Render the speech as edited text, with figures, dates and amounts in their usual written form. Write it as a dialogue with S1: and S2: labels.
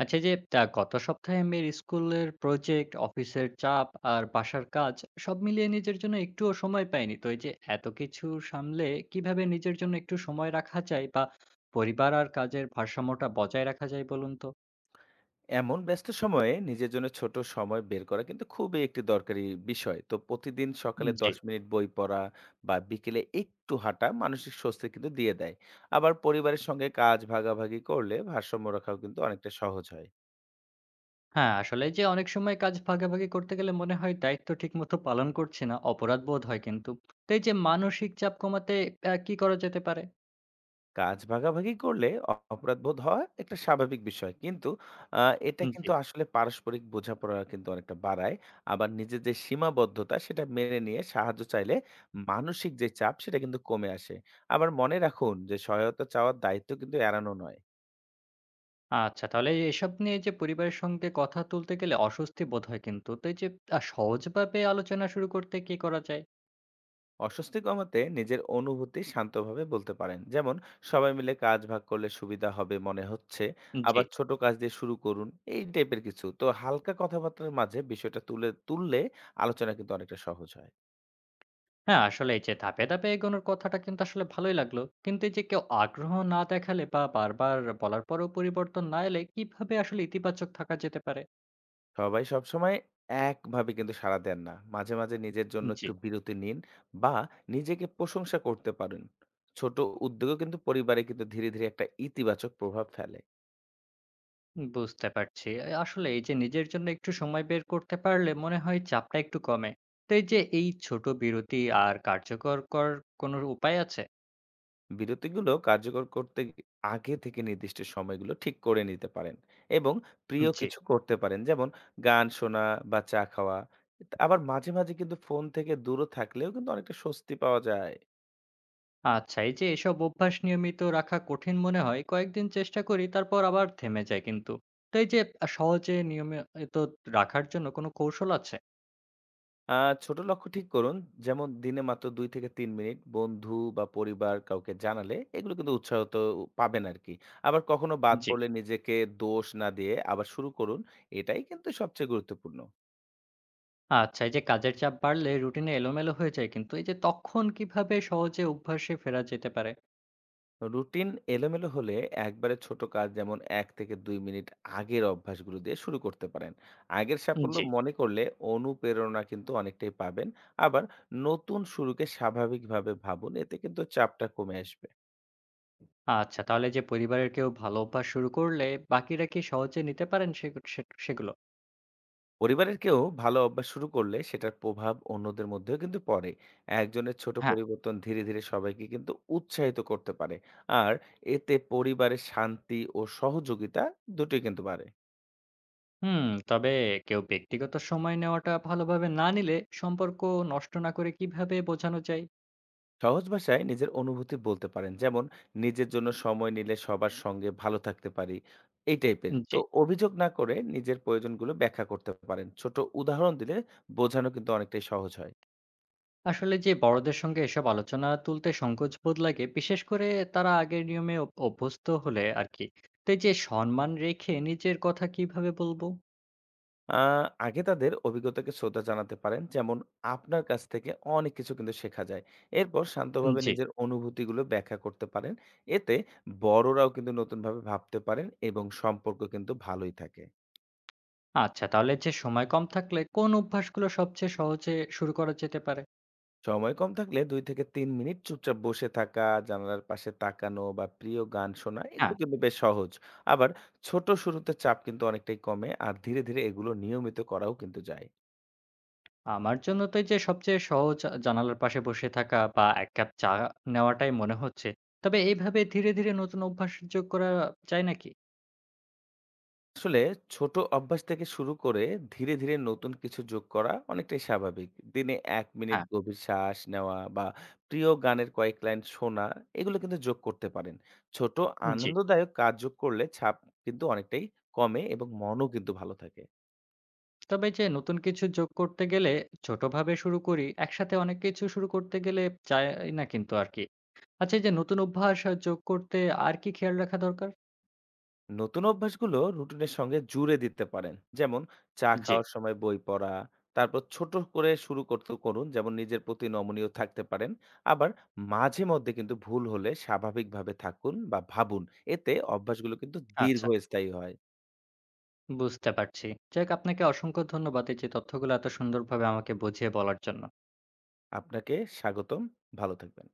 S1: আচ্ছা এই যে গত সপ্তাহে মেয়ের স্কুলের প্রজেক্ট, অফিসের চাপ আর বাসার কাজ সব মিলিয়ে নিজের জন্য একটুও সময় পাইনি। তো এই যে এত কিছু সামলে কিভাবে নিজের জন্য একটু সময় রাখা যায় বা পরিবার আর কাজের ভারসাম্যটা বজায় রাখা যায় বলুন তো?
S2: এমন ব্যস্ত সময়ে নিজের জন্য ছোট সময় বের করা কিন্তু খুবই একটি দরকারি বিষয়। তো প্রতিদিন সকালে
S1: জি।
S2: ১০ মিনিট বই পড়া বা বিকেলে একটু হাঁটা মানসিক স্বস্তি কিন্তু দিয়ে দেয়। আবার পরিবারের সঙ্গে কাজ ভাগাভাগি করলে ভারসাম্য রাখাও কিন্তু অনেকটা সহজ হয়।
S1: হ্যাঁ, আসলে যে অনেক সময় কাজ ভাগাভাগি করতে গেলে মনে হয় দায়িত্ব ঠিকমতো পালন করছি না, অপরাধ বোধ হয় কিন্তু। তো এই যে মানসিক চাপ কমাতে কি করা যেতে পারে?
S2: কাজ ভাগাভাগি করলে অপরাধবোধ হওয়া একটা স্বাভাবিক বিষয়। কিন্তু আ এটা
S1: জি।
S2: কিন্তু আসলে পারস্পরিক বোঝাপড়া কিন্তু অনেকটা বাড়ায়। আবার নিজের যে সীমাবদ্ধতা সেটা মেনে নিয়ে সাহায্য চাইলে মানসিক যে চাপ সেটা কিন্তু কমে আসে। আবার মনে রাখুন যে সহায়তা চাওয়ার দায়িত্ব কিন্তু এড়ানো নয়।
S1: আচ্ছা, তাহলে এসব নিয়ে যে পরিবারের সঙ্গে কথা তুলতে গেলে অস্বস্তি বোধ হয় কিন্তু। তো এই যে সহজভাবে আলোচনা শুরু করতে কি করা যায়?
S2: অস্বস্তি কমাতে নিজের অনুভূতি শান্তভাবে বলতে পারেন, যেমন সবাই মিলে কাজ ভাগ করলে সুবিধা হবে মনে হচ্ছে।
S1: জি।
S2: আবার ছোট কাজ দিয়ে শুরু করুন। এই টাইপের কিছু, তো হালকা কথাবার্তার মাঝে বিষয়টা তুলে তুললে আলোচনা কিন্তু অনেকটা সহজ হয়।
S1: হ্যাঁ, আসলে এই যে ধাপে, ধাপে এগোনোর কথাটা কিন্তু আসলে ভালোই লাগলো। কিন্তু এই যে কেউ আগ্রহ না দেখালে বা বারবার বলার পরেও পরিবর্তন না এলে কিভাবে আসলে ইতিবাচক থাকা যেতে পারে?
S2: সবাই সবসময় একভাবে কিন্তু সাড়া দেন না, মাঝে মাঝে নিজের জন্য
S1: জি,
S2: একটু বিরতি নিন বা নিজেকে প্রশংসা করতে পারেন। ছোট উদ্যোগও কিন্তু পরিবারে কিন্তু ধীরে ধীরে একটা ইতিবাচক প্রভাব ফেলে।
S1: বুঝতে পারছি। আসলে এই যে নিজের জন্য একটু সময় বের করতে পারলে মনে হয় চাপটা একটু কমে। তো এই যে এই ছোট বিরতি আর কার্যকর কোনো উপায় আছে?
S2: বিরতিগুলো কার্যকর করতে আগে থেকে নির্দিষ্ট সময়গুলো ঠিক করে নিতে পারেন এবং প্রিয়
S1: জি।
S2: কিছু করতে পারেন, যেমন গান শোনা বা চা খাওয়া। আবার মাঝে মাঝে কিন্তু ফোন থেকে দূরে থাকলেও কিন্তু অনেকটা স্বস্তি পাওয়া যায়।
S1: আচ্ছা, এই যে এসব অভ্যাস নিয়মিত রাখা কঠিন মনে হয়, কয়েকদিন চেষ্টা করি তারপর আবার থেমে যায় কিন্তু। তো এই যে সহজে নিয়মিত রাখার জন্য কোনো কৌশল আছে?
S2: ছোট লক্ষ্য ঠিক করুন, যেমন দিনে মাত্র দুই থেকে তিন মিনিট বন্ধু বা পরিবার কাউকে জানালে এগুলো কিন্তু উৎসাহ তো পাবেন আর কি। আবার কখনো বাদ
S1: জি।
S2: পড়লে নিজেকে দোষ না দিয়ে আবার শুরু করুন, এটাই কিন্তু সবচেয়ে গুরুত্বপূর্ণ।
S1: আচ্ছা, এই যে কাজের চাপ বাড়লে রুটিনে এলোমেলো হয়ে যায় কিন্তু এই যে তখন কিভাবে সহজে অভ্যাসে ফেরা যেতে পারে?
S2: রুটিন এলোমেলো হলে একবারে ছোট কাজ, যেমন এক থেকে দুই মিনিট আগের অভ্যাসগুলো দিয়ে শুরু করতে পারেন। আগের সাফল্য
S1: জি।
S2: মনে করলে অনুপ্রেরণা কিন্তু অনেকটাই পাবেন। আবার নতুন শুরুকে স্বাভাবিকভাবে ভাবুন, এতে কিন্তু চাপটা কমে আসবে।
S1: আচ্ছা, তাহলে যে পরিবারের কেউ ভালো অভ্যাস শুরু করলে বাকিরা কি সহজে নিতে পারেন সে সে সেগুলো?
S2: পরিবারের কেউ ভালো অভ্যাস শুরু করলে সেটার প্রভাব অন্যদের মধ্যেও কিন্তু পড়ে। একজনের ছোট
S1: হ্যাঁ।
S2: পরিবর্তন ধীরে ধীরে সবাইকে কিন্তু উৎসাহিত করতে পারে। আর এতে পরিবারের শান্তি ও সহযোগিতা দুটোই কিন্তু বাড়ে।
S1: হুম, তবে কেউ ব্যক্তিগত সময় নেওয়াটা ভালোভাবে না নিলে সম্পর্ক নষ্ট না করে কিভাবে বোঝানো যায়?
S2: সহজ ভাষায় নিজের অনুভূতি বলতে পারেন, যেমন নিজের জন্য সময় নিলে সবার সঙ্গে ভালো থাকতে পারি। এই টাইপের তো
S1: জি।
S2: অভিযোগ না করে নিজের প্রয়োজনগুলো ব্যাখ্যা করতে পারেন। ছোট উদাহরণ দিলে বোঝানো কিন্তু অনেকটাই সহজ হয়।
S1: আসলে যে বড়দের সঙ্গে এসব আলোচনা তুলতে সংকোচ বোধ লাগে বিশেষ করে তারা আগের নিয়মে অভ্যস্ত হলে আর কি। তো এই যে সম্মান রেখে নিজের কথা কিভাবে বলবো?
S2: আগে তাদের অভিজ্ঞতাকে শ্রদ্ধা জানাতে পারেন, যেমন আপনার কাছ থেকে অনেক কিছু কিন্তু শেখা যায়। এরপর শান্তভাবে
S1: জি।
S2: নিজের অনুভূতিগুলো ব্যাখ্যা করতে পারেন। এতে বড়রাও কিন্তু নতুনভাবে ভাবতে পারেন এবং সম্পর্ক কিন্তু ভালোই থাকে।
S1: আচ্ছা তাহলে যে সময় কম থাকলে কোন অভ্যাসগুলো সবচেয়ে সহজে শুরু করা যেতে পারে?
S2: সময় কম থাকলে ২ থেকে ৩ মিনিট চুপচাপ বসে থাকা, জানালার পাশে তাকানো বা প্রিয় গান শোনা এগুলো
S1: হ্যাঁ।
S2: কিন্তু বেশ সহজ। আবার ছোট শুরুতে চাপ কিন্তু অনেকটাই কমে আর ধীরে, ধীরে এগুলো নিয়মিত করাও কিন্তু যায়।
S1: আমার জন্য তো এই যে সবচেয়ে সহজ জানালার পাশে বসে থাকা বা এক কাপ চা নেওয়াটাই মনে হচ্ছে। তবে এইভাবে ধীরে ধীরে নতুন অভ্যাস যোগ করা যায় নাকি?
S2: আসলে ছোট অভ্যাস থেকে শুরু করে ধীরে, ধীরে নতুন কিছু যোগ করা অনেকটাই স্বাভাবিক। দিনে ১ মিনিট
S1: হ্যাঁ।
S2: গভীর শ্বাস নেওয়া বা প্রিয় গানের কয়েক লাইন শোনা এগুলো কিন্তু যোগ করতে পারেন। ছোট
S1: জি।
S2: আনন্দদায়ক কাজ যোগ করলে ছাপ কিন্তু অনেকটাই কমে এবং মনও কিন্তু ভালো থাকে।
S1: তবে যে নতুন কিছু যোগ করতে গেলে ছোটভাবে শুরু করি, একসাথে অনেক কিছু শুরু করতে গেলে চাই না কিন্তু আরকি। আচ্ছা এই যে নতুন অভ্যাস যোগ করতে আর কি খেয়াল রাখা দরকার?
S2: নতুন অভ্যাসগুলো রুটিনের সঙ্গে জুড়ে দিতে পারেন, যেমন চা
S1: জি,
S2: খাওয়ার সময় বই পড়া। তারপর ছোট করে শুরু করতে করুন, যেমন নিজের প্রতি নমনীয় থাকতে পারেন। আবার মাঝে মধ্যে কিন্তু ভুল হলে স্বাভাবিকভাবে থাকুন বা ভাবুন, এতে অভ্যাসগুলো কিন্তু
S1: আচ্ছা
S2: দীর্ঘস্থায়ী হয়।
S1: বুঝতে পারছি। যাক আপনাকে অসংখ্য ধন্যবাদ এই যে তথ্যগুলো এত সুন্দরভাবে আমাকে বুঝিয়ে বলার জন্য।
S2: আপনাকে স্বাগতম। ভালো থাকবেন।